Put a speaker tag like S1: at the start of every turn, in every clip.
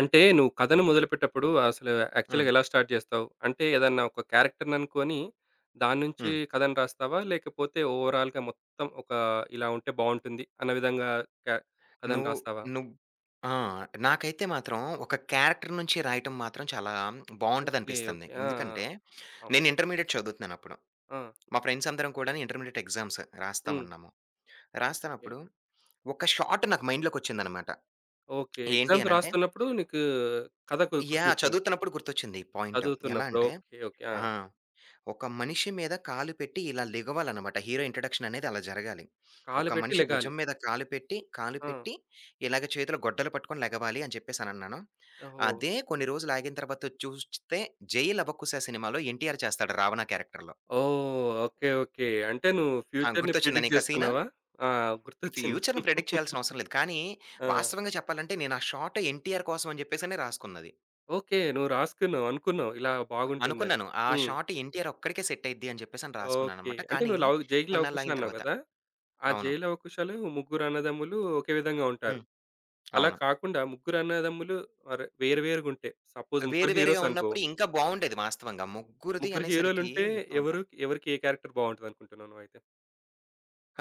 S1: అంటే నువ్వు కథను మొదలుపెట్టేటప్పుడు అసలు
S2: హ్మ్.
S1: యాక్చువల్‌గా ఎలా స్టార్ట్ చేస్తావు? అంటే ఏదన్నా ఒక క్యారెక్టర్‌ని అనుకోని దాని నుంచి
S2: హ్మ్.
S1: కథను రాస్తావా? లేకపోతే ఓవరాల్‌గా మొత్తం ఒక ఇలా ఉంటే బావుంటుంది అన్న విధంగా క్యా కథను
S2: నువ్వు
S1: రాస్తావా?
S2: నువ్ ఆ! నాకైతే మాత్రం ఒక క్యారెక్టర్ నుంచి రాయటం మాత్రం చాలా
S1: ఓకే.
S2: బావుంటదనిపిస్తంది.
S1: ఓకే. ఆ!
S2: ఎందుకంటే,
S1: ఆ!
S2: నేను
S1: ఓకే.
S2: ఇంటర్మీడియేట్ చదువుతున్నానప్పుడు.
S1: ఆ!
S2: మా ఫ్రెండ్స్ అందరం కూడాను ఇంటర్మీడియేట్ ఎగ్జామ్స్ రాస్తా
S1: హ్మ్.
S2: ఉన్నాము.
S1: ఓకే.
S2: రాస్తానప్పుడు ఒక షాట్ నాకు మైండ్‌లోకొచ్చిందనమాట.
S1: ఓకే.
S2: ఏంటి
S1: ఎగ్జామ్స్
S2: అనంటే
S1: రాస్తున్నప్పుడు నీకు కథ
S2: యాహ్!
S1: గుర్తొచ్చింది.
S2: చదువుతున్నప్పుడు గుర్తొచ్చింది ఈ పాయింట్. ఎలా
S1: చదువుతున్నప్పుడు.
S2: అంటే
S1: ఓకే. ఓకే. ఆ!
S2: ఆ! ఒక మనిషి మీద కాలు పెట్టి ఇలా లెగవాలనమాట. హీరో ఇంట్రడక్షన్ అనేది అలా జరగాలి.
S1: కాలు
S2: ఒక
S1: పెట్టి
S2: మనిషి
S1: లెగాలి.
S2: భుజం మీద కాలు పెట్టి, కాలు
S1: ఆ!
S2: పెట్టి ఇలాగ చేతిలో గొడ్డలు పట్టుకొని లెగవాలి అని చెప్పేసనన్నాను.
S1: ఓహో!
S2: అదే కొన్ని రోజులాగిన తర్వాత చూస్తే 'జై లవకుశ' సినిమాలో ఎన్టీఆర్ చేస్తాడు రావణ క్యారెక్టర్‌లో.
S1: ఓహ్! ఓకే. ఓకే. అంటే నువ్వు
S2: ఆ!
S1: ఫ్యూచర్‌ని
S2: గుర్తొచ్చిందా
S1: ప్రిడిక్ట్
S2: నీకా సీను?
S1: చేస్తున్నావా? ఆ! గుర్తొచ్చింది.
S2: ఫ్యూచర్‌ని ప్రెడిక్ట్ చేయాల్సిన అవసరం లేదు. కానీ
S1: ఆ!
S2: వాస్తవంగా చెప్పాలంటే నేను ఆ షాట్ ఎన్టీఆర్ కోసం అని చెప్పేసనే రాసుకున్నది.
S1: ఓకే. నువ్వు రాసుకున్నావు, అనుకున్నావు ఇలా బాగుంటుందని.
S2: అనుకున్నాను. ఆ
S1: హ్మ్.
S2: షాట్ ఎన్టీఆర్ ఒక్కడికే సెట్ అయిద్ది అని చెప్పేసని
S1: ఓకే.
S2: రాసుకున్నాననమాట.
S1: అంటే
S2: కానీ
S1: నువ్వు లవ్ 'జై లవకుశ'
S2: కొన్నాళ్ళాగిన
S1: అన్నావు
S2: తర్వాత
S1: కదా! ఆ 'జై
S2: అవును.
S1: లవకుశలో' ముగ్గురు అన్నదమ్ములు ఒకే విధంగా ఉంటారు.
S2: హ్మ్.
S1: అలా
S2: అవును.
S1: కాకుండా ముగ్గురు అన్నదమ్ములు మరి వేరు వేరుగుంటే, సపోజ్
S2: వేరు
S1: ముగ్గురు
S2: వేరుగా
S1: హీరోస్ అనుకో,
S2: ఉన్నప్పుడు ఇంకా బావుండేది వాస్తవంగా. ముగ్గురిది
S1: ముగ్గురు
S2: అనేసరికి
S1: హీరోలుంటే
S2: మొత్తం అంతా.
S1: ఎవరు ఎవరికి ఏ క్యారెక్టర్ బాగుంటదనుకుంటున్నావు నువ్వైతే?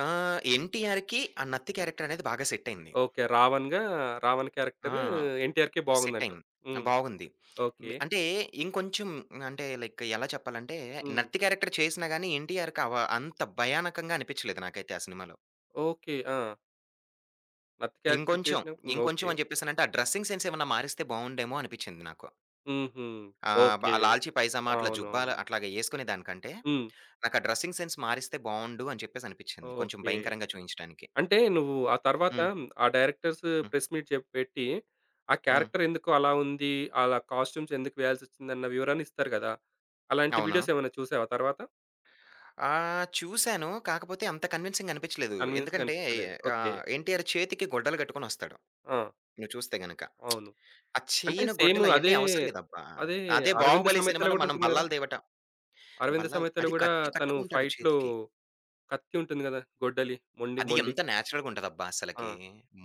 S2: ఆ! 'ఎన్టీఆర్‌కి' ఆ 'నత్తి' క్యారెక్టర్ అనేది బాగా సెట్ అయింది.
S1: ఓకే. రావణ్‌గా రావణ్ క్యారెక్టర్
S2: ఆ!
S1: 'ఎన్టీఆర్‌కే'
S2: సెట్
S1: బాగుందంటావు.
S2: అయింది.
S1: హ్మ్.
S2: బాగుంది.
S1: ఓకే.
S2: బ్ అంటే ఇంకొంచెం అంటే లైక్ ఎలా చెప్పాలంటే
S1: హ్మ్.
S2: 'నత్తి' క్యారెక్టర్ చేసినా గాని 'ఎన్టీఆర్‌కి' అంత భయానకంగా అనిపించలేదు నాకైతే ఆ సినిమాలో.
S1: ఓకే. ఆ! నత్తి క్యారెక్టర్
S2: ఇంకొంచెం,
S1: చేసిన హ్మ్. ఓకే.
S2: ఇంకొంచెం అని చెప్పేసానంటే ఆ డ్రెస్సింగ్ సెన్స్ ఏమన్నా మారిస్తే బావుండేమో అనిపించింది నాకు.
S1: హుహు.
S2: ఆహ్, బ
S1: ఓకే.
S2: ఆ 'లాల్చీ పైజామా' అట్లా జుబ్బాలు
S1: అవునవును.
S2: అట్లాగా యేసుకునే దానికంటే
S1: హ్మ్.
S2: నాకా డ్రెసింగ్ సెన్స్ మారిస్తే బావుండు అని చెప్పేసి అనిపిచ్చింది. కొంచెం
S1: ఓకే.
S2: భయంకరంగా చూయించడానికి.
S1: అంటే నువ్వు ఆ తర్వాత
S2: హ్మ్.
S1: ఆ డైరెక్టర్స్
S2: హ్మ్.
S1: ప్రెస్ మీట్ పెట్టి, ఆ
S2: హ్మ్.
S1: క్యారెక్టర్ ఎందుకు అలా ఉంది? అలా కాస్ట్యూమ్స్ ఎందుకు వేయాల్సొచ్చిందన్న వివరాన్ని ఇస్తారు గదా! అలాంటి
S2: అవును.
S1: వీడియోస్ ఏమైనా చూసావా తర్వాత?
S2: చూసాను. కాకపోతే అంత కన్విన్సింగ్ అనిపిచ్చలేదు.
S1: కన్విన్స్‌గా
S2: ఎందుకంటే
S1: అనిపించలేదు. ఓకే.
S2: 'ఎన్టీఆర్' చేతికి గొడ్డలు కట్టుకొనొస్తాడు.
S1: ఆ!
S2: నువ్వు చూస్తే గనక.
S1: అవును.
S2: ఆ
S1: అంటే
S2: చైను,
S1: సేమ్
S2: గొడ్డలు
S1: అదే,
S2: అయన్నీ అవసరం లేదబ్బా!
S1: అదే
S2: అదే
S1: 'అరవింద
S2: 'బాహుబలి'
S1: సమేత'లో
S2: సినిమాలో
S1: గూడా
S2: మనం
S1: ఉంటుంది గదా!
S2: బల్లాలు తేవట
S1: 'అరవింద
S2: బల్లాలు దే-
S1: సమేత'లో
S2: అది
S1: గూడా
S2: కత్తి
S1: తను
S2: కట్టుకుంటాడు
S1: ఫైట్‌లో
S2: చేతికి.
S1: కత్తి ఉంటుంది గదా! గొడ్డలి. మొండి
S2: అది
S1: మొండి.
S2: ఎంత నేచురల్‌గా ఉంటదబ్బా
S1: ఆ!
S2: అసలకి.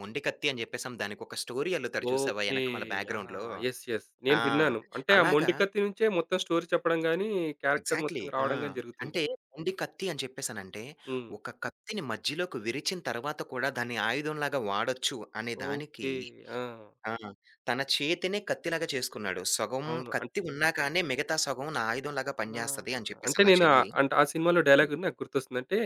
S2: మొండి కత్తి అని జెప్పేసని దానికొక స్టోరీ అల్లుతాడు చూసావా?
S1: ఓకే.
S2: యెనకమాల
S1: ఆ!
S2: బ్యాక్‌గ్రౌండ్‌లో.
S1: యెస్. యెస్. నేను
S2: ఆ!
S1: విన్నాను. అంటే ఆ
S2: అలాగా
S1: మొండికత్తి నుంచే మొత్తం స్టోరీ చెప్పడం గాని, క్యారెక్టర్
S2: ఎగ్జాక్ట్‌లీ.
S1: మొత్తం
S2: ఆ!
S1: రావడం గాని జరుగుతుంది.
S2: అంటే మొండి కత్తి అని చెప్పేసనంటే,
S1: హ్మ్.
S2: ఒక కత్తిని మధ్యలోకి విరిచిన తర్వాత కూడా దాన్ని ఆయుధంలాగా వాడొచ్చు అనే దానికి
S1: ఓకే. ఆ!
S2: ఆ! తన చేతినే కత్తిలాగా చేసుకున్నాడు. సగం
S1: అవును. అన్
S2: కత్తి ఉన్నా కానీ మిగతా సగం నా ఆయుధంలాగా
S1: ఆ!
S2: పనిచేస్తది అని
S1: అంటే
S2: చెప్పేసని నా
S1: నేను ఆహ్,
S2: చెయ్యి.
S1: అంటే ఆ సినిమాలో డైలాగ్ నాకు గుర్తొస్తుంది. అంటే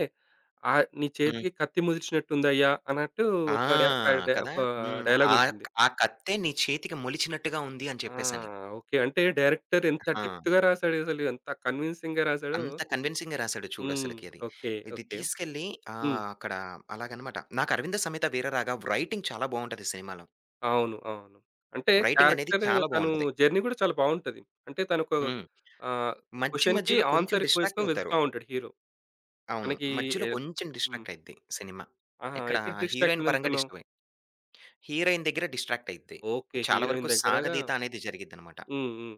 S1: ఆహ్, "నీ
S2: హ్మ్.
S1: చేతికి కత్తి ముదిరిచినట్టుందయ్యా" అన్నట్టు
S2: ఆ!
S1: ఒక డ క డ
S2: కదా!
S1: ఒక
S2: హ్మ్.
S1: డైలాగ్
S2: ఆ!
S1: ఉంటుంది.
S2: ఆ కత్తే నీ చేతికి మొలిచినట్టుగా ఉంది అని
S1: ఆ!
S2: చెప్పేసని.
S1: ఓకే. అంటే డైరెక్టర్ ఎంత
S2: ఆ!
S1: డెప్త్‌గా రాసాడసలు. ఎంత కన్విన్సింగ్‌గా రాసాడో
S2: అంత కన్విన్సింగ్‌గా రాసాడు
S1: హ్మ్.
S2: చూడసలకి అది.
S1: ఓకే.
S2: ఇది
S1: ఓకే.
S2: తీసుకెళ్ళి
S1: హ్మ్.
S2: ఆహ్, అక్కడ అలాగనమాట. నాకు 'అరవింద సమేత వీరరాగ' రైటింగ్ చాలా బావుంటది సినిమాలో.
S1: అవును. అవును. అంటే
S2: రైటింగ్ అనేది
S1: క్యారెక్టర్
S2: చాలా
S1: తను
S2: బావుంటది.
S1: జర్నీ గూడా చాలా బావుంటది. అంటే తనొక
S2: హ్మ్.
S1: ఆహ్,
S2: మధ్య
S1: క్వెషన్‌కి
S2: మధ్యలో కొంచెం
S1: ఆన్సర్ కోసం
S2: డిస్ట్రాక్ట్ అవుతారు.
S1: వెతుకుతా ఉంటాడు హీరో.
S2: అవును.
S1: తనకి
S2: మధ్యలో
S1: ఎ
S2: కొంచెం
S1: హ్మ్.
S2: డిస్ట్రాక్ట్ అయిద్ది సినిమా.
S1: ఆహా!
S2: ఇక్కడ
S1: ఎక్కడ డిస్ట్రాక్ట్
S2: హీరోయిన్ పరంగా
S1: అయిందనుకున్నావు?
S2: డిస్టర్బ్ అయి హీరోయిన్ దగ్గర డిస్ట్రాక్ట్ అయిద్ది.
S1: ఓకే.
S2: చాలా వరకు
S1: హీరోయిన్ దగ్గరగా
S2: సాగదీత అనేది జరిగిద్దనమాట.
S1: హ్మ్. హ్మ్.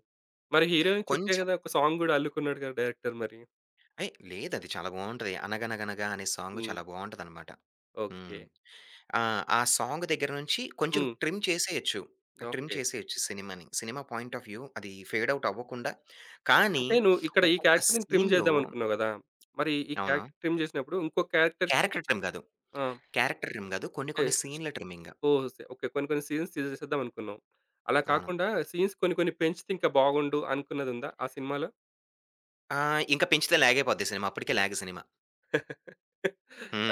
S1: మరి హీరోయిన్ చుట్టే
S2: కొంచెం
S1: గదా! ఒక సాంగ్ గూడా అల్లుకున్నాడు కదా! డైరెక్టర్ మరి.
S2: ఏహ్! లేదది చాలా బావుంటది. 'అనగనగనగా' అనే సాంగ్
S1: హ్మ్.
S2: చాలా బావుంటదనమాట.
S1: ఓకే.
S2: హ్మ్. ఆ! ఆ సాంగ్ దగ్గర నుంచి కొంచెం
S1: హ్మ్.
S2: ట్రిమ్ చేసేయొచ్చు. Trim
S1: okay.
S2: చేసేయొచ్చు సినిమాని. సినిమా పాయింట్ ఆఫ్ వ్యూ అది ఫేడ్ ఔట్ అవ్వకుండా. కానీ
S1: అంటే నువ్వు ఇక్కడ ఈ
S2: ఒక్కొక్క
S1: క్యారెక్టర్‌ని ట్రిమ్
S2: సీన్‌లో
S1: చేద్దామనుకున్నావు గదా! మరి ఈ
S2: అవును.
S1: క్యారెక్టర్ ట్రిమ్ చేసినప్పుడు ఇంకో క్యారెక్టర్‌కి
S2: క్యారెక్టర్ ట్రిమ్ కాదు.
S1: ఆ!
S2: క్యారెక్టర్ ట్రిమ్ కాదు. కొన్ని
S1: ఓకే.
S2: కొన్ని సీన్‌ల ట్రిమ్మింగ్.
S1: ఓహ్! Say okay. కొన్ని కొన్ని సీన్స్ తీసేసేద్దాం అనుకున్నాం. అలా
S2: అవును.
S1: కాకుండా సీన్స్ కొన్ని కొన్ని పెంచితే ఇంకా బాగుండు అనుకున్నదుందా ఆ సినిమాలో?
S2: ఇంక పెంచితే లాగ్ అయిపోద్ది సినిమా. అప్పటికే లాగ్ సినిమా.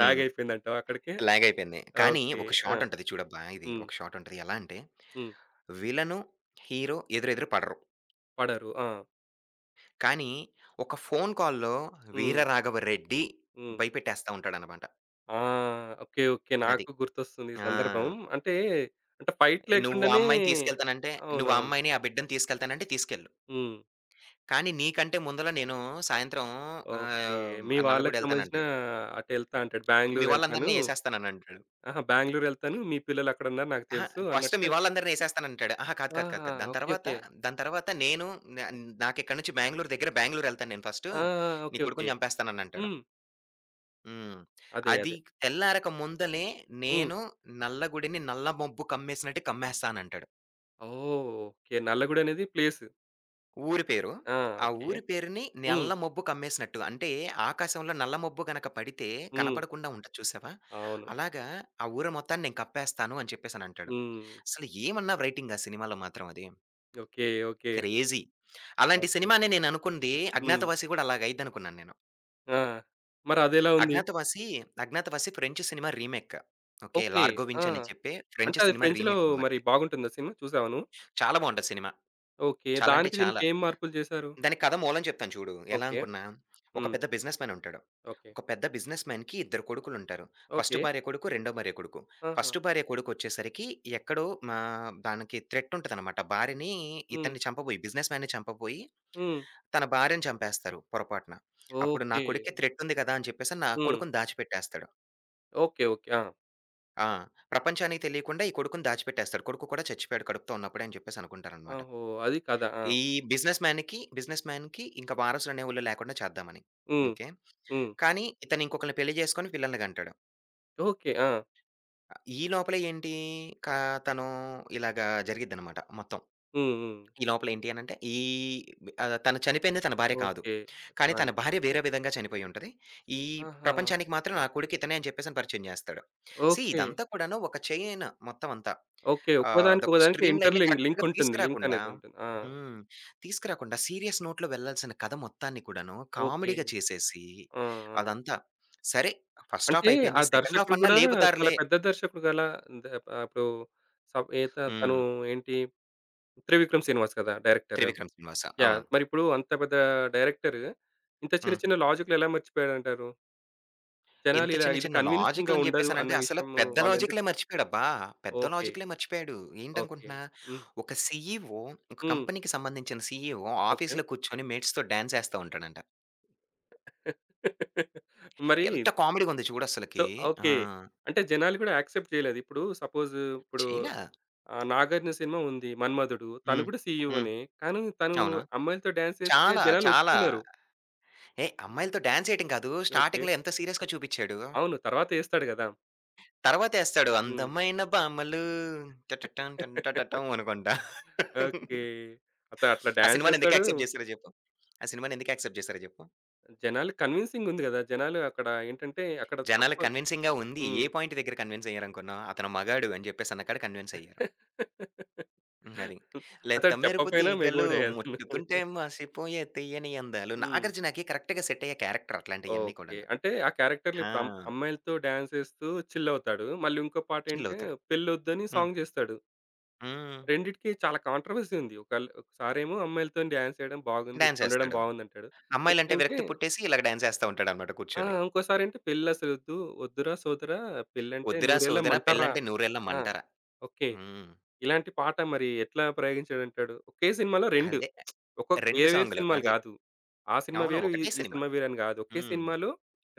S1: లాగ్ అయిపోయిందంటావా అక్కడికి?
S2: లాగ్ అయిపోయింది. కానీ
S1: ఓకే.
S2: ఒక
S1: ఆ!
S2: షాట్ ఉంటది చూడబ్బా! ఇది
S1: హ్మ్.
S2: ఒక షాట్ ఉంటది. ఎలా అంటే
S1: హ్మ్.
S2: విలను, హీరో ఎదురెదురు పడరు.
S1: పడరు. ఆ!
S2: కానీ ఒక ఫోన్ కాల్‌లో
S1: హ్మ్.
S2: 'వీరరాఘవ రెడ్డి'
S1: హ్మ్.
S2: భయపెట్టేస్తా ఉంటాడనమాట.
S1: ఆ! ఓకే. ఓకే.
S2: అది.
S1: నాకు గుర్తొస్తుంది ఈ
S2: ఆ!
S1: సందర్భం. అంటే, అంటే ఫైట్
S2: నువ్వు ఆ
S1: లేకుండానే
S2: అమ్మాయిని తీసుకెళ్తానంటే, నువ్వు ఆ
S1: అవునవును.
S2: అమ్మాయిని, ఆ బిడ్డని తీసుకెళ్తానంటే తీసుకెళ్ళు.
S1: హ్మ్.
S2: కానీ నీకంటే ముందల నేను సాయంత్రం
S1: ఓకే. మీ వాళ్ళకి సంబంధించిన
S2: నల్లగొండెళ్తానంటాడు.
S1: అటెళ్తా అంటాడు.
S2: మీ
S1: బెంగుళూరెళ్తాను.
S2: వాళ్ళందరిని ఏసేస్తాననంటాడు.
S1: అహా! బెంగుళూరెళ్తాను. మీ పిల్లలక్కడున్నారు నాకు
S2: అహా!
S1: తెలుసు
S2: ఫస్ట్ మీ
S1: అన్నట్టు
S2: వాళ్ళందరిని ఏసేస్తానంటాడు. అహా! కాదు,
S1: ఆ!
S2: కాదు, కాదు, కాదు. దాని
S1: ఓకే.
S2: తర్వాత,
S1: ఓకే.
S2: దాని తర్వాత నేను న నాకిక్కడి నుంచి బెంగుళూరు దగ్గర బెంగుళూరెళ్తాను నేను ఫస్టు.
S1: ఆ!
S2: నీ
S1: ఓకే. ఓకే.
S2: కొడుకుని చంపేస్తాననంటాడు.
S1: హ్మ్.
S2: హ్మ్.
S1: అదే.
S2: అది
S1: అదే.
S2: తెల్లారక ముందలే
S1: హ్మ్.
S2: నేను నల్లగుడిని నల్ల మబ్బు కమ్మేసినట్టు కమ్మేస్తానంటాడు.
S1: ఓహ్! ఓకే. నల్లగూడ అనేది ప్లేస్.
S2: ఊరి పేరు.
S1: ఆ!
S2: ఆ
S1: ఓకే.
S2: ఊరి పేరుని
S1: హ్మ్.
S2: నల్ల మబ్బు కమ్మేసినట్టు. అంటే ఆకాశంలో నల్ల మబ్బు గనక పడితే
S1: హ్మ్.
S2: కనపడకుండా ఉంటది చూసావా?
S1: అవును.
S2: అలాగా ఆ ఊరు మొత్తాన్ని నేను కప్పేస్తాను అని చెప్పేసనంటాడు.
S1: హ్మ్.
S2: అసలు ఏమన్నా రైటింగ్ ఆ సినిమాలో మాత్రం అది.
S1: ఓకే. ఓకే.
S2: క్రేజీ. అలాంటి
S1: ఓకే.
S2: సినిమానే నేననుకుంది
S1: హ్మ్.
S2: 'అజ్ఞాతవాసి' గూడా అలాగ అయిద్దనుకున్నాను నేను.
S1: ఆ! మరదెలా ఉంది?
S2: 'Agnyaathavaasi' 'Agnyaathavaasi' French cinema remake. Okay.
S1: Okay.
S2: 'Largo
S1: ఆ!
S2: వించ్' అని చెప్పి
S1: అంటే
S2: ఫ్రెంచ్
S1: అది
S2: సినిమా
S1: ఫ్రెంచ్‌లో
S2: రీమేక్ అనమాట
S1: మరి
S2: అది.
S1: బాగుంటుందా సినిమా? చూసావా నువ్వు?
S2: చాలా బావుంటది సినిమా.
S1: ఓకే.
S2: చాలా అంటే
S1: దానికి దీనికి
S2: చాలా.
S1: ఏం మార్పులు చేశారు?
S2: దానికి కథ మూలం చెప్తాను చూడు. ఎలా
S1: ఓకే.
S2: అనుకున్నా, ఒక
S1: హ్మ్.
S2: పెద్ద బిజినెస్ మ్యాన్ ఉంటాడు.
S1: ఓకే.
S2: ఒక పెద్ద బిజినెస్ మ్యాన్‌కి ఇద్దరు కొడుకులుంటారు. First
S1: okay.
S2: భార్య కొడుకు, రెండో భార్య కొడుకు.
S1: ఆహా!
S2: ఫస్ట్ భార్య కొడుకొచ్చేసరికి ఎక్కడో మా దానికి థ్రెట్ ఉంటదనమాట. భార్యని
S1: హ్మ్.
S2: ఇతన్ని చంపబోయి బిజినెస్ మ్యాన్‌ని చంపబోయి
S1: హ్మ్.
S2: తన భార్యని చంపేస్తారు పొరపాటున. అప్పుడు నా
S1: ఓకే.
S2: కొడుక్కి థ్రెట్ ఉంది కదా! అని చెప్పేసి నా
S1: హ్మ్.
S2: కొడుకుని దాచిపెట్టేస్తాడు.
S1: ఓకే. ఓకే. ఆ!
S2: ఆ! ప్రపంచానికి తెలియకుండా ఈ కొడుకుని దాచిపెట్టేస్తాడు. కొడుకు కూడా చచ్చిపోయాడు కడుపుతో ఉన్నప్పుడే అని చెప్పేసి అనుకుంటారనమాట.
S1: ఓహో! అది కథ. ఆ!
S2: ఈ బిజినెస్ మ్యాన్‌కి ఇంక వారసులనేవోళ్ళు లేకుండా చేద్దామని.
S1: హ్మ్.
S2: ఓకే.
S1: హ్మ్.
S2: కానీ ఇతను ఇంకొకళ్ళని పెళ్లి చేసుకొని పిల్లల్ని కంటాడు.
S1: ఓకే. ఆ!
S2: ఈ లోపలే ఏంటి కా తను ఇలాగా జరిగిద్దనమాట మొత్తం.
S1: హ్మ్. హ్మ్.
S2: ఈ లోపల ఏంటి అనంటే, ఈ ఆహ్, తను చనిపోయింది తన భార్య కాదు.
S1: ఓకే.
S2: కానీ
S1: కాని
S2: తన భార్య వేరే విధంగా చనిపోయి ఉంటది. ఈ
S1: ఆహా!
S2: ప్రపంచానికి మాత్రం నా కొడుకు ఇతనే అని చెప్పేసని పరిచయం జేస్తాడు. See
S1: okay.
S2: ఇదంతా కూడాను ఒక చైన్ మొత్తం అంతా.
S1: ఓకే. ఒక్కోదానికి,
S2: అదొక
S1: ఒక్కోదానికి
S2: స్ట్రీమ్ లైన్‌ని
S1: ఇంటర్‌లింక్ లింక్ లింక్
S2: కరెక్ట్‌గా
S1: ఉంటుంది. లింక్
S2: తీసుకురాకుండా
S1: అనేది ఉంటుంది. ఆ!
S2: హ్మ్. తీసుకురాకుండా సీరియస్ నోట్‌లో వెళ్ళాల్సిన కథ మొత్తాన్ని కూడాను
S1: ఓకే.
S2: కామెడీగా చేసేసి
S1: ఆ! ఆ!
S2: అదంతా. సరే ఫస్ట్
S1: అంటే
S2: హాఫ్
S1: ఆ
S2: అయిపోయింది. సెకండ్ హాఫ్
S1: దర్శకుడు
S2: అన్నా
S1: గూడా చాలా
S2: లేపుతారులే.
S1: పెద్ద దర్శకుడు గల ద ఆహ్, ఇప్పుడు సబ్ ఏత తను
S2: హ్మ్.
S1: ఏంటి 'త్రివిక్రమ్ శ్రీనివాస్' కదా! డైరెక్టర్.
S2: త్రివిక్రమ్ శ్రీనివాస.
S1: యాహ్!
S2: అవును.
S1: మరిప్పుడు అంత పెద్ద డైరెక్టర్ ఇంత చిన్న,
S2: హ్మ్.
S1: చిన్న లాజిక్‌లు ఎలా మర్చిపోయాడంటారు? జనాలు
S2: ఇంత
S1: ఇలా
S2: చిన్న
S1: ఇది
S2: చిన్న
S1: కన్విన్సింగ్‌గా
S2: లాజిక్‌లని
S1: ఉండదు అన్న
S2: జెప్పేసనంటే అసల
S1: విషయం
S2: పెద్ద
S1: వాళ్ళెందుకు
S2: లాజిక్‌లే మర్చిపోయాడబ్బా! పెద్ద
S1: ఓకే.
S2: లాజిక్‌లే మర్చిపోయాడు.
S1: ఓకే.
S2: ఏంటనుకుంటున్నా?
S1: హ్మ్.
S2: ఒక సీఈఓ ఒక
S1: హ్మ్.
S2: కంపెనీకి సంబంధించిన సీఈఓ
S1: ఓకే.
S2: ఆఫీస్‌లో కూర్చొని మేట్స్‌తో డాన్స్ ఏస్తా ఉంటాడంట.
S1: మరి
S2: ఎంత కామెడీగుంది
S1: సో
S2: చూడసలకి. ఆ!
S1: ఓకే. అంటే జనాలు కూడా యాక్సెప్ట్ చేయలేదు. ఇప్పుడు సపోజ్ ఇప్పుడు
S2: చేయలా.
S1: ఆహ్, 'నాగార్జున' సినిమా ఉంది 'మన్మధుడు.' తను
S2: హ్మ్.
S1: కూడా
S2: హ్మ్.
S1: సీఈఓనే. కానీ తను
S2: అవును.
S1: అమ్మాయిలతో డాన్స్ చేస్తే
S2: చాలా.
S1: జనాలు
S2: చాలా.
S1: ఒప్పుకున్నారు.
S2: ఏహ్! అమ్మాయిలతో డాన్స్ ఏయటం కాదు.
S1: ఓకే.
S2: స్టార్టింగ్‌లో ఎంత సీరియస్‌గా చూపిచ్చాడు.
S1: అవును. తర్వాత ఏస్తాడు గదా!
S2: తర్వాతేస్తాడు
S1: హ్మ్.
S2: అందమైన బామలు టటటం టంటటటం అనుకుంటా.
S1: ఓకే. అత అట్లా
S2: ఆ
S1: డాన్స్
S2: సినిమాని ఎందుకు
S1: ఏస్తాడు.
S2: యాక్సెప్ట్ చేసారో చెప్పు? ఆ సినిమాని ఎందుకు యాక్సెప్ట్ చేసారో చెప్పు?
S1: జనాలు కన్విన్సింగ్ ఉంది గదా! జనాలు అక్కడ ఏంటంటే అక్కడ తప్ప
S2: జనాలకి కన్విన్సింగ్‌గా ఉంది. ఏ
S1: హ్మ్.
S2: పాయింట్ దగ్గర కన్విన్స్ అయ్యారనుకున్నావు? అతను మగాడు అని చెప్పేసన్న కాడ కన్విన్స్ అయ్యారు. అది. లేత
S1: అతడు
S2: మెరుపు
S1: చెప్పపోయినా
S2: తీగలు
S1: మగోడే అతను.
S2: ముట్టుకుంటే మాసిపోయే తీయని అందాలు.
S1: హ్మ్.
S2: 'నాగార్జునకి' కరెక్ట్‌గా సెట్ అయ్యే క్యారెక్టర్ అట్లాంటియన్నీ
S1: ఓకే.
S2: కూడాను.
S1: అంటే ఆ క్యారెక్టర్‌లో ఇప్పుడు
S2: ఆ!
S1: అమ్మాయిలతో డాన్స్ ఏస్తూ చిల్ అవుతాడు. మళ్ళీ ఇంకో
S2: చిల్
S1: పాటేంటే
S2: అవుతాడు.
S1: పెళ్ళొద్దని
S2: హ్మ్.
S1: సాంగ్ చేస్తాడు.
S2: హ్మ్.
S1: రెండిటికి చాలా కాంట్రోవర్సీ ఉంది. ఒకసారేమో అమ్మాయిలతోని డాన్స్ చేయడం బాగుంది.
S2: డాన్స్
S1: ఇట్లుండడం
S2: ఏస్తాడు.
S1: బాగుందంటాడు. నెక్స్ట్
S2: అమ్మాయిలంటే
S1: ఏంటి
S2: విరక్తి పుట్టేసి ఇలాగ డాన్స్ ఏస్తా ఉంటాడన్నమాట
S1: ఆ!
S2: కూర్చొని.
S1: ఇంకోసారేంటి పెళ్లసలొద్దు. వద్దురా సోదరా పెళ్ళంటే
S2: 'వద్దురా
S1: నూరేళ్ళ
S2: సోదరా
S1: మంటరా.
S2: పెళ్ళంటే నూరేళ్ల
S1: ఆ!
S2: మంటరా.'
S1: ఓకే.
S2: హ్మ్.
S1: ఇలాంటి పాట మరి ఎట్లా ప్రయోగించాడంటాడు. ఒకే సినిమాలో 2
S2: అదే
S1: ఒక్కొక్క
S2: 2
S1: వేరు వేరు
S2: సాంగ్‌లు.
S1: సినిమాలు
S2: అది.
S1: గాదు. ఆ సినిమా
S2: అవును.
S1: వేరు. ఈ
S2: ఒకటే
S1: ఈ
S2: సినిమా.
S1: సినిమా వేరు అని గాదు. ఒకే
S2: హ్మ్.
S1: సినిమాలో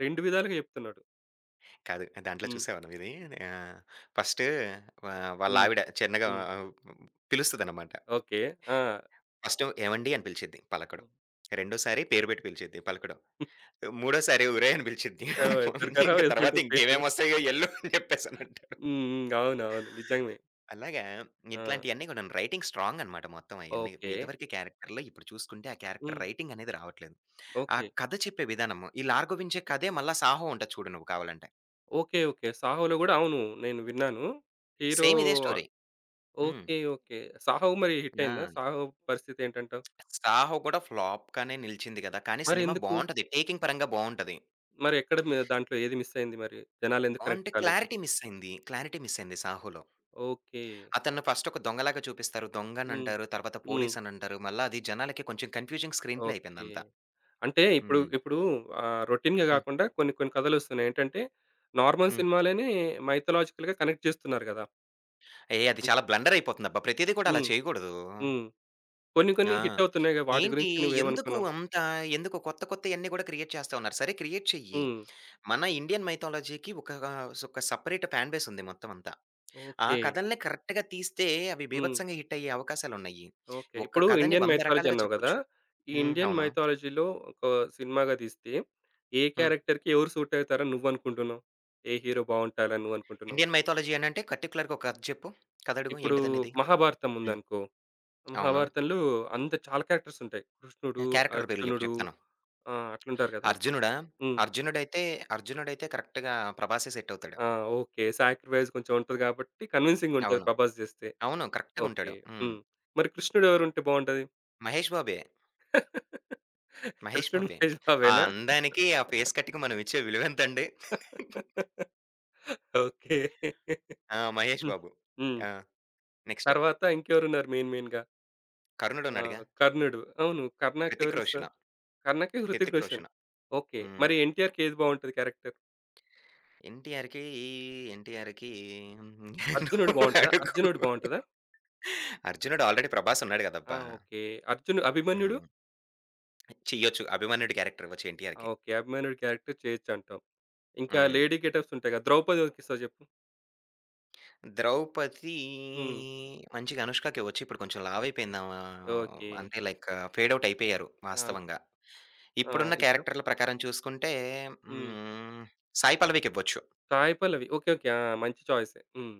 S1: 2 విధాలుగా జెప్తున్నాడు.
S2: కాదు. దాంట్లో
S1: హ్మ్.
S2: చూసావా నువ్విది? ఆహ్, ఫస్ట్ వాళ్ళ
S1: హ్మ్.
S2: ఆవిడ చిన్నగా
S1: హ్మ్.
S2: పిలుస్తదనమాట.
S1: ఓకే. ఆ!
S2: ఫస్ట్ "ఏవండీ" అని పిలిచిద్ది. పలకడు. రెండోసారి పేరు పెట్టి పిలిచిద్ది. పలకడు. మూడోసారి "ఒరేయ్" అని పిలిచిద్ది.
S1: సో, దుర్గారావు
S2: ఇంక
S1: ఏదో
S2: తర్వాత
S1: ఉంటుంది పేరు.
S2: ఇంకేమేమొస్తాయో ఎళ్ళు అని చెప్పేసనంటాడు.
S1: హ్మ్. హ్మ్. అవునవును. నిజమే.
S2: అలాగా
S1: ఆ!
S2: ఇట్లాంటియన్నీ కూడాను రైటింగ్ స్ట్రాంగ్ అనమాట మొత్తం అయన్నీ.
S1: ఓకే.
S2: ఇదివరకి క్యారెక్టర్‌లో ఇప్పుడు చూసుకుంటే ఆ క్యారెక్టర్
S1: హ్మ్.
S2: రైటింగ్ అనేది రావట్లేదు. ఆ
S1: ఓకే.
S2: కథ చెప్పే విధానము. ఈ 'లార్గో వించే' కథే మళ్ళా 'సాహో' ఉంటది చూడు నువ్వు కావాలంటే.
S1: ఓకే. ఓకే. 'సాహో'లో గూడా అవును. నేను విన్నాను. హీరో
S2: సేమ్ ఇదే స్టోరీ. హ్మ్.
S1: ఓకే. ఓకే. 'సాహో' మరి హిట్
S2: ఆ!
S1: అయిందా? 'సాహో' పరిస్థితి ఏంటంటావు?
S2: 'సాహో' కూడా ఫ్లాప్‌గానే నిలిచింది గదా! కానీ సినిమా
S1: మరెందుకు?
S2: బావుంటది. టేకింగ్ పరంగా బావుంటది.
S1: మరెక్కడ దాంట్లో ఏది మిస్ అయింది మరి? జనాలెందుకు
S2: అంటే
S1: కనెక్ట్ కాలేదు?
S2: క్లారిటీ మిస్ అయింది. క్లారిటీ మిస్ అయింది 'సాహోలో.'
S1: ఓకే.
S2: అతను ఫస్ట్ ఒక దొంగలాగా చూపిస్తారు.
S1: హ్మ్.
S2: దొంగనంటారు. తర్వాత
S1: హ్మ్.
S2: పోలీస్ అనంటారు. మళ్ళా అది జనాలకి కొంచెం కన్‌ఫ్యూజింగ్ స్క్రీన్ ప్లే
S1: ఓకే.
S2: అయిపోయిందంతా.
S1: అంటే ఇప్పుడు
S2: హ్మ్.
S1: ఇప్పుడు ఆహ్, రొటీన్‌గా
S2: హ్మ్.
S1: గాకుండా కొన్ని కొన్ని కథలొస్తున్నాయి. ఏంటంటే, నార్మల్
S2: హ్మ్.
S1: సినిమాలనే మైథలాజికల్‌గా కనెక్ట్ చేస్తున్నారు గదా!
S2: ఏహ్! అది
S1: అంట్
S2: చాలా బ్లండర్ అయిపోతుందబ్బా! ప్రతీది కూడా అలా
S1: హ్మ్.
S2: చేయకూడదు.
S1: హ్మ్. కొన్ని కొన్ని
S2: ఆ!
S1: హిట్టవుతున్నాయిగా వాటి
S2: ఏంటి
S1: గురించి
S2: ఎందుకు
S1: నువ్వేమనుకున్నావు?
S2: అంత ఎందుకు కొత్త కొత్తయన్నీ గూడా క్రియేట్ చేస్తా ఉన్నారు. సరే క్రియేట్ చెయ్యి.
S1: హ్మ్.
S2: మన ఇండియన్ మైథాలజీకి ఒక ఒక సెపరేట్ ఫ్యాన్ బేస్ ఉంది మొత్తం అంతా. ఆ
S1: ఓకే.
S2: కథల్ని కరెక్ట్‌గా తీస్తే అవి
S1: హ్మ్.
S2: బీభత్సంగా హిట్ అయ్యే అవకాశాలున్నాయి.
S1: ఓకే.
S2: ఒక్క
S1: ఇప్పుడు
S2: కథని
S1: ఇండియన్
S2: 100
S1: మైథాలజీ
S2: రకాలుగా
S1: అన్నావు గదా!
S2: చెప్పొచ్చు.
S1: ఈ ఇండియన్
S2: అవును.
S1: మైథాలజీలో ఒక సినిమాగా తీస్తే, ఏ
S2: హ్మ్.
S1: క్యారెక్టర్‌కి ఎవరు సూటవుతారని నువ్వనుకుంటున్నావు? ఏ హీరో బావుంటాడని నువ్వనుకుంటున్నావు?
S2: ఇండియన్ మైథాలజీ అనంటే పర్టిక్యులర్‌గా ఒక కథ చెప్పు. కథ అడుగు
S1: ఇప్పుడు
S2: ఏంటిదనేది?
S1: మహాభారతం
S2: హ్మ్.
S1: ఉందనుకో
S2: అవును.
S1: మహాభారతంలో అంత చాలా క్యారెక్టర్స్ ఉంటాయి. కృష్ణుడు,
S2: క్యారెక్టర్‌ల పేర్లు చెప్పు
S1: అర్జునుడు
S2: చెప్తాను.
S1: ఆహ్, అట్లుంటారు కదా!
S2: 'అర్జునుడా?'
S1: హ్మ్.
S2: అర్జునుడైతే, అర్జునుడైతే కరెక్ట్‌గా ప్రభాసే సెట్ అవుతాడు.
S1: ఆ! ఓకే. సాక్రిఫైస్ కొంచెం ఉంటది కాబట్టి కన్విన్సింగ్ ఉంటది
S2: అవును.
S1: ప్రభాస్ జేస్తే.
S2: అవును. కరెక్ట్‌గా
S1: ఓకే.
S2: ఉంటాడు.
S1: హ్మ్. మరి కృష్ణుడు ఎవరుంటే బావుంటది?
S2: మహేష్ బాబే. మహేష్
S1: కృష్ణుడు
S2: బాబే.
S1: మహేష్
S2: ఆ
S1: బాబేనా?
S2: అందానికి, ఆ ఫేస్ కట్‌కి మనం ఇచ్చే విలువెంతండి.
S1: ఓకే.
S2: ఆ! మహేష్
S1: హ్మ్.
S2: బాబు.
S1: హ్మ్.
S2: ఆ! నెక్స్ట్
S1: తర్వాత ఇంకెవరున్నారు మెయిన్ మెయిన్‌గా?
S2: 'కర్ణుడు'
S1: ఆ!
S2: ఉన్నాడుగా.
S1: కర్ణుడు. అవును. కర్ణాకి
S2: హృతిక్
S1: ఎవరిస్తారు?
S2: రోషను.
S1: కర్ణకి హృతిక్
S2: హృతిక్
S1: రోషన్.
S2: రోషన్.
S1: ఓకే.
S2: హ్మ్.
S1: మరి ఎన్‌టిఆర్‌కి ఏది బావుంటది క్యారెక్టర్?
S2: 'ఎన్టీఆర్‌కి' 'ఎన్టీఆర్‌కి'
S1: అర్జునుడు
S2: నువ్వు
S1: బావుంటదా?
S2: అడుగు.
S1: అర్జునుడు బావుంటదా?
S2: 'అర్జునుడు' ఆల్రెడీ 'ప్రభాస్' ఉన్నాడు
S1: ఆ!
S2: గదబ్బా!
S1: ఓకే. 'అర్జున్' 'అభిమన్యుడు'?
S2: హ్మ్. చెయ్యొచ్చు. అభిమన్యుడు క్యారెక్టర్ ఇవ్వచ్చు
S1: ఆ!
S2: 'ఎన్టీఆర్‌కి'.
S1: ఓకే. 'అభిమన్యుడు' క్యారెక్టర్ చేయొచ్చు అంటాం. ఇంకా
S2: హ్మ్.
S1: లేడీ గెటప్స్ ఉంటాయి కదా! 'ద్రౌపది' ఎవరికిస్తావు చెప్పు?
S2: 'ద్రౌపది'
S1: హ్మ్.
S2: మంచిగా 'అనుష్క'కి ఇవ్వచ్చు. ఇప్పుడు కొంచెం లావు అయిపోయింది ఆమె.
S1: ఓకే.
S2: అంటే లైక్ ఫేడ్ ఔట్ అయిపోయారు
S1: ఆ!
S2: వాస్తవంగా.
S1: ఆ!
S2: ఇప్పుడున్న
S1: ఇంకా?
S2: క్యారెక్టర్‌ల ప్రకారం చూసుకుంటే
S1: హ్మ్.
S2: హ్మ్. సాయి పల్లవికి ఇవ్వచ్చు.
S1: 'సాయి పల్లవి' ఓకే. ఓకే. ఆ! మంచి చాయిసే. హ్మ్.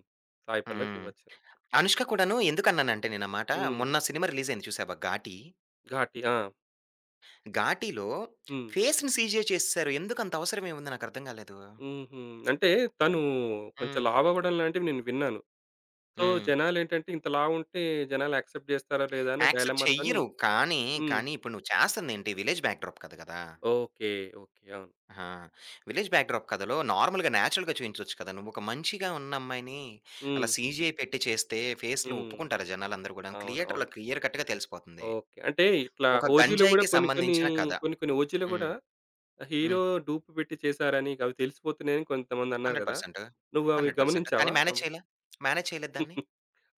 S1: 'సాయి పల్లవికి'
S2: హ్మ్.
S1: ఇవ్వచ్చు.
S2: 'అనుష్క' కూడాను ఎందుకన్నానంటే నేను ఆ మాట
S1: హ్మ్.
S2: మొన్న సినిమా రిలీజ్ అయింది చూసావా 'ఘాటి'?
S1: 'ఘాటి' ఆ!
S2: ఘాటీలో
S1: హ్మ్.
S2: ఫేస్‌ని సీజే చేసేసారు. ఎందుకంత అవసరమేముంది నాకర్థం కాలేదు.
S1: హుహు. అంటే తను కొంచెం
S2: హ్మ్.
S1: లావవ్వడం లాంటివి నేను విన్నాను. సో,
S2: హ్మ్.
S1: జనాలేంటంటే ఇంత లావుంటే జనాలు యాక్సెప్ట్ చేస్తారా లేదా అనే
S2: యాక్సెప్ట్
S1: డైలమాతోని
S2: చెయ్యరు. కానీ,
S1: హ్మ్.
S2: కానీ ఇప్పుడు నువ్వు చేస్తందేంటి విలేజ్ బ్యాక్‌డ్రాప్ కథ కదా!
S1: ఓకే. ఓకే. అవును.
S2: ఆ! విలేజ్ బ్యాక్‌డ్రాప్ కథలో నార్మల్‌గా నేచురల్‌గా చూయించొచ్చు కదా! నువ్వొక మంచిగా ఉన్న అమ్మాయిని
S1: హ్మ్.
S2: అలా సీజీ పెట్టి చేస్తే ఫేస్‌లు
S1: హ్మ్.
S2: ఒప్పుకుంటారా జనాలందరూ గూడాను.
S1: అవును. అవును.
S2: క్లియేటర్‌లో క్లియర్ కట్‌గా తెలిసిపోతుంది.
S1: ఓకే. అంటే ఇట్లా
S2: ఒక
S1: ఓజీలో గూడా
S2: గంజాయికి
S1: కొన్ని కొన్ని,
S2: సంబంధించిన కథ.
S1: కొన్ని కొన్ని ఓజీలో
S2: హ్మ్.
S1: గూడా
S2: హ్మ్.
S1: హీరో డూప్ పెట్టి చేశారని అవి తెలిసిపోతున్నాయని కొంతమందన్నారు గదా!
S2: 100%
S1: నువ్వవి
S2: కానీ
S1: గమనించావా?
S2: మేనేజ్ చేయలా? మేనేజ్ చేయలేదు దాన్ని.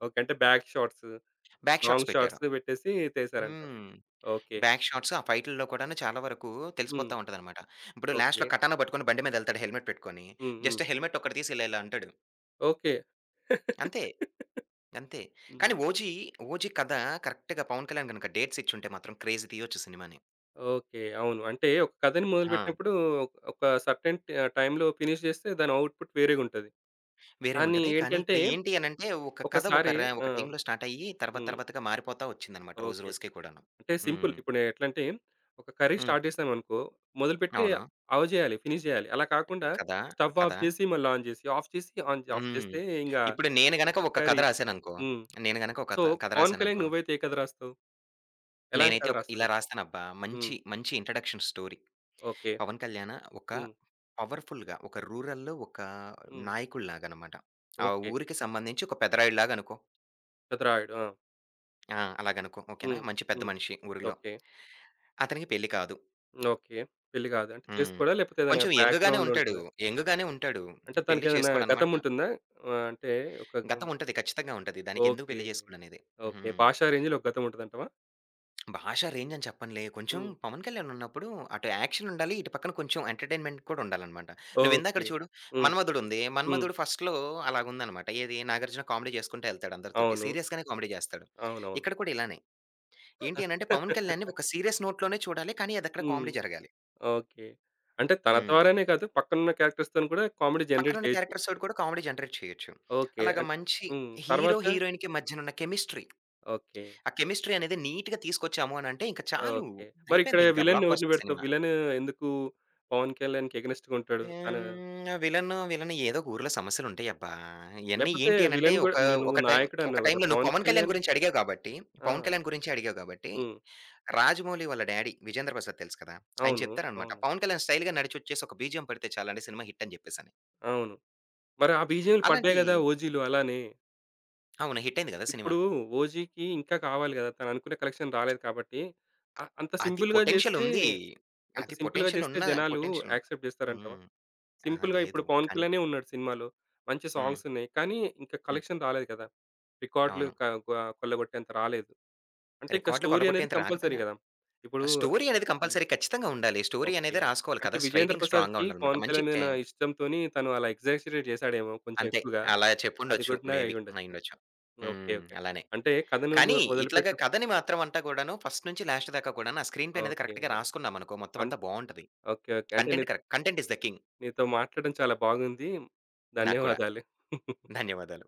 S1: ఓకే. అంటే back shots,
S2: back shots
S1: long
S2: పెట్టారు.
S1: షాట్స్ పెట్టేసి చేశారంటావు.
S2: హ్మ్.
S1: ఓకే.
S2: బ్యాక్ షాట్స్ ఆ ఫైట్‌ల్లో కూడాను చాలా వరకు
S1: హ్మ్.
S2: తెలిసిపోతా ఉంటదనమాట. ఇప్పుడు లాస్ట్‌లో
S1: ఓకే.
S2: కటానా పట్టుకొని బండి మీదెళ్తాడు హెల్మెట్ పెట్టుకొని.
S1: హ్మ్. హ్మ్.
S2: జస్ట్ హెల్మెట్ ఒక్కటి తీసి ఇలా ఇలా అంటాడు.
S1: ఓకే.
S2: అంతే. అంతే.
S1: హ్మ్.
S2: కానీ 'ఓజీ' కథ కరెక్ట్‌గా పవన్ కళ్యాణ్ గనుక డేట్స్ ఇచ్చుంటే మాత్రం క్రేజ్ తీయొచ్చు సినిమాని.
S1: ఓకే. అవును. అంటే ఒక కథని
S2: ఆ!
S1: మొదలుపెట్టినప్పుడు ఒక సర్టెన్ టైమ్‌లో ఫినిష్ జేస్తే దాని ఔట్‌పుట్ వేరేగుంటది.
S2: వేరే
S1: కానీ
S2: ఉంటది. కానీ
S1: ఏంటంటే
S2: ఇక్కడ ఏంటి అనంటే ఒక కథ ఒక
S1: ఒకసారి
S2: ర
S1: ఆ!
S2: ఒక టైంలో స్టార్ట్ అయ్యి తర్వాత
S1: హ్మ్.
S2: తర్వాతగా మారిపోతా వచ్చిందనమాట రోజు
S1: ఓకే.
S2: రోజుకి కూడాను.
S1: అంటే సింపుల్.
S2: హ్మ్.
S1: ఇప్పుడు ఎట్లంటే, ఒక కర్రీ
S2: హ్మ్.
S1: స్టార్ట్ చేసామనుకో, మొదలుపెట్టి
S2: అవును.
S1: ఆవి చేయాలి, ఫినిష్ చేయాలి. అలా కాకుండా
S2: కథ,
S1: స్టవ్
S2: కథ.
S1: ఆఫ్ చేసి, మళ్ళీ ఆన్ చేసి, ఆఫ్ చేసి, ఆన్ ఆఫ్
S2: హ్మ్.
S1: చేస్తే ఇంగ
S2: ఇప్పుడు నేను గనక ఒక కథ
S1: కర్రీ
S2: రాసాననుకో,
S1: హ్మ్.
S2: నేను గనక ఒక
S1: సో,
S2: కథ కథ
S1: 'పవన్ కళ్యాణ్'
S2: రాసాననుకో
S1: నువ్వైతే ఏ కథ రాస్తావు? ఎలాంటి
S2: నేనైతే
S1: కథ
S2: ఒక
S1: రాస్తావు
S2: ఇలా
S1: చెప్పు?
S2: రాస్తానబ్బా!
S1: హ్మ్.
S2: మంచి introduction story.
S1: Okay.
S2: 'Pawan Kalyan' ఒక
S1: హ్మ్.
S2: పవర్‌ఫుల్‌గా ఒక రూరల్‌లో
S1: హ్మ్.
S2: నాయకుడిలాగనమాట. ఆ
S1: ఓకే.
S2: ఊరికి సంబంధించి ఒక పెదరాయుడులాగా అనుకో.
S1: కథ రాయడు. ఆ!
S2: ఆ! అలాగనుకో ఓకేనా?
S1: హ్మ్.
S2: మంచి పెద్ద
S1: హ్మ్.
S2: మనిషి ఊరిలో.
S1: ఓకే.
S2: అతనికి పెళ్లి కాదు.
S1: ఓకే. పెళ్లి కాదు. అంటే
S2: హ్మ్.
S1: చేసుకోవడా? లేకపోతే ఏదైనా
S2: కొంచెం యంగ్‌గానే
S1: బ్యాక్‌గ్రౌండ్
S2: ఉంటాడు.
S1: ఉంటదా?
S2: యంగ్‌గానే ఉంటాడు.
S1: అంటే
S2: పెళ్లి
S1: తనకేదైనా గతం
S2: చేసుకోడనమాట.
S1: ఉంటుందా? ఆహ్, అంటే ఒక
S2: గతం ఉంటది. ఖచ్చితంగా ఉంటది. దానికెందుకు
S1: ఓకే.
S2: పెళ్లి చేసుకోడనేది.
S1: ఓకే.
S2: హ్మ్.
S1: భాషా రేంజ్‌లో ఒక గతం ఉంటదంటావా?
S2: భాషా రేంజ్ అని చెప్పనులే. కొంచెం
S1: హ్మ్.
S2: 'పవన్ కళ్యాణ్' ఉన్నప్పుడు అటు యాక్షన్ ఉండాలి. ఇటు పక్కన కొంచెం ఎంటర్‌టైన్‌మెంట్ కూడా ఉండాలనమాట. నువ్వు ఇందాకడ
S1: ఓకే.
S2: చూడు
S1: హ్మ్.
S2: 'మన్మధుడు' ఉంది.
S1: హ్మ్.
S2: 'మన్మధుడు' ఫస్ట్‌లో అలాగుందనమాట. ఏది 'నాగార్జున' కామెడీ చేసుకుంటా ఎళ్తాడు అందరితోటి.
S1: అవును.
S2: సీరియస్‌గానే కామెడీ చేస్తాడు.
S1: అవునవును.
S2: ఇక్కడ కూడా ఇలానే. ఏంటి అనంటే 'పవన్ కళ్యాణ్‌ని' ఒక సీరియస్ నోట్‌లోనే చూడాలి. కానీ అదక్కడ
S1: హ్మ్.
S2: కామెడీ జరగాలి.
S1: ఓకే. అంటే తన
S2: హ్మ్.
S1: ద్వారానే కాదు పక్కనున్న క్యారెక్టర్స్‌తోని కూడా కామెడీ
S2: పక్కన
S1: జనరేట్
S2: ఉన్న
S1: చేయొచ్చు.
S2: క్యారెక్టర్స్ తోటి కూడా కామెడీ జనరేట్ చేయొచ్చు.
S1: ఓకే.
S2: అలాగా
S1: అన్
S2: మంచి
S1: హ్మ్.
S2: హీరో,
S1: తర్వాత
S2: హీరోయిన్‌కి మధ్యనున్న కెమిస్ట్రీ.
S1: ఓకే.
S2: ఆ కెమిస్ట్రీ అనేది నీట్‌గా తీసుకొచ్చాము అనంటే ఇంక చాలు.
S1: ఓకే. మరిక్కడ
S2: అయిపోయిందింక
S1: విలన్
S2: బ్లాక్
S1: ఎవరిని
S2: బస్టర్
S1: పెడతావు?
S2: సినిమా.
S1: విలన్ ఎందుకు పవన్ కళ్యాణ్‌కి ఎగనెస్ట్‌గా ఉంటాడు? తను
S2: విలన్, ఏదో ఒక ఊర్లో సమస్యలుంటాయబ్బా! ఇయన్నీ
S1: లేపోతే
S2: ఏంటి అనంటే
S1: విలన్ గూడా
S2: ఒక,
S1: నువ్వు
S2: ఒక
S1: నువ్వు
S2: టైం
S1: నాయకుడు
S2: ఒక
S1: అన్నావు గదా!
S2: టైంలో నువ్వు
S1: పవన్
S2: 'పవన్ కళ్యాణ్'
S1: కళ్యాణ్
S2: గురించి అడిగావు కాబట్టి,
S1: ఆ!
S2: 'పవన్ కళ్యాణ్' గురించే అడిగావు కాబట్టి,
S1: హ్మ్.
S2: 'రాజమౌళి' వాళ్ళ డ్యాడీ 'విజేంద్ర ప్రసాద్' తెలుసు కదా! ఆయన
S1: అవును.
S2: చెప్తారనమాట.
S1: అవును.
S2: 'పవన్ కళ్యాణ్' స్టైల్‌గా నడిచొచ్చేసి ఒక బీజీఎం పడితే చాలండి సినిమా హిట్ అని చెప్పేసని.
S1: అవును. మరి ఆ బీజీఎంలు
S2: అలాంటి
S1: పడ్డాయి గదా! ఓజీలో అలానే.
S2: అవును. హిట్ అయింది కదా సినిమా.
S1: ఇప్పుడు 'ఓజీకి' ఇంకా కావాలి గదా! తననుకునే కలెక్షన్ రాలేదు కాబట్టి, అంత
S2: అది
S1: సింపుల్‌గా
S2: పొటెన్షియల్
S1: జేస్తే
S2: ఉంది.
S1: అంత
S2: అది
S1: సింపుల్‌గా
S2: పొటెన్షియల్
S1: జేస్తే
S2: ఉన్న
S1: జనాలు
S2: పొటెన్షియల్
S1: యాక్సెప్ట్ జేస్తారంటావా?
S2: హ్మ్. అహా!
S1: సింపుల్‌గా ఇప్పుడు
S2: లేదు.
S1: 'పవన్
S2: కానీ
S1: కళ్యాణే' ఉన్నాడు సినిమాలో. మంచి
S2: హ్మ్.
S1: సాంగ్స్ ఉన్నాయి. కానీ ఇంకా
S2: హ్మ్.
S1: కలెక్షన్ రాలేదు కదా! రికార్డులు
S2: అవును.
S1: క గ కొల్లగొట్టేంత రాలేదు. అంటే ఇంకా
S2: రికార్డులు
S1: స్టోరీ అనేది
S2: కొల్లగొట్టేంత
S1: కంపల్సరీ
S2: రాకపోయినా
S1: గదా! ఇప్పుడు
S2: ఆ స్టోరీ అనేది
S1: హ్మ్.
S2: కంపల్సరీ ఖచ్చితంగా ఉండాలి. Story
S1: okay.
S2: అనేది రాసుకోవాలి
S1: అంటే
S2: కదా!
S1: 'విజేంద్ర
S2: రైటింగ్ స్ట్రాంగ్‌గా
S1: ప్రసాద్‌కి'
S2: ఉండాలనమాట.
S1: 'పవన్
S2: మంచి
S1: కళ్యాణ్' మీద ఉన్న
S2: కేం
S1: ఇష్టంతోని తను అలా ఎగ్జాజరేట్ జేశాడేమో కొంచెం
S2: అంతే.
S1: ఎక్కువగా.
S2: అలా
S1: అది
S2: చెప్పుండొచ్చు.
S1: కూడా
S2: మేబీ
S1: అయ్యుండొచ్చు.
S2: అయ్యుండొచ్చు.
S1: ఓకే. ఓకే.
S2: అలానే.
S1: అంటే కథను
S2: కానీ
S1: మొదలుపెట్ట
S2: ఇట్లాగా కథని మాత్రం అంతా కూడాను ఫస్ట్ నుంచి లాస్ట్ దాకా కూడాను ఆ స్క్రీన్ ప్లే అనేది
S1: ఓకే.
S2: కరెక్ట్‌గా రాసుకున్నామనుకో మొత్తం
S1: అన్
S2: అంతా బావుంటది.
S1: ఓకే. ఓకే. అంటే నీ
S2: content correct content is the king.
S1: నీతో మాట్లాడడం చాలా బాగుంది.
S2: నాకు కూడా.
S1: ధన్యవాదాలు.
S2: ధన్యవాదాలు.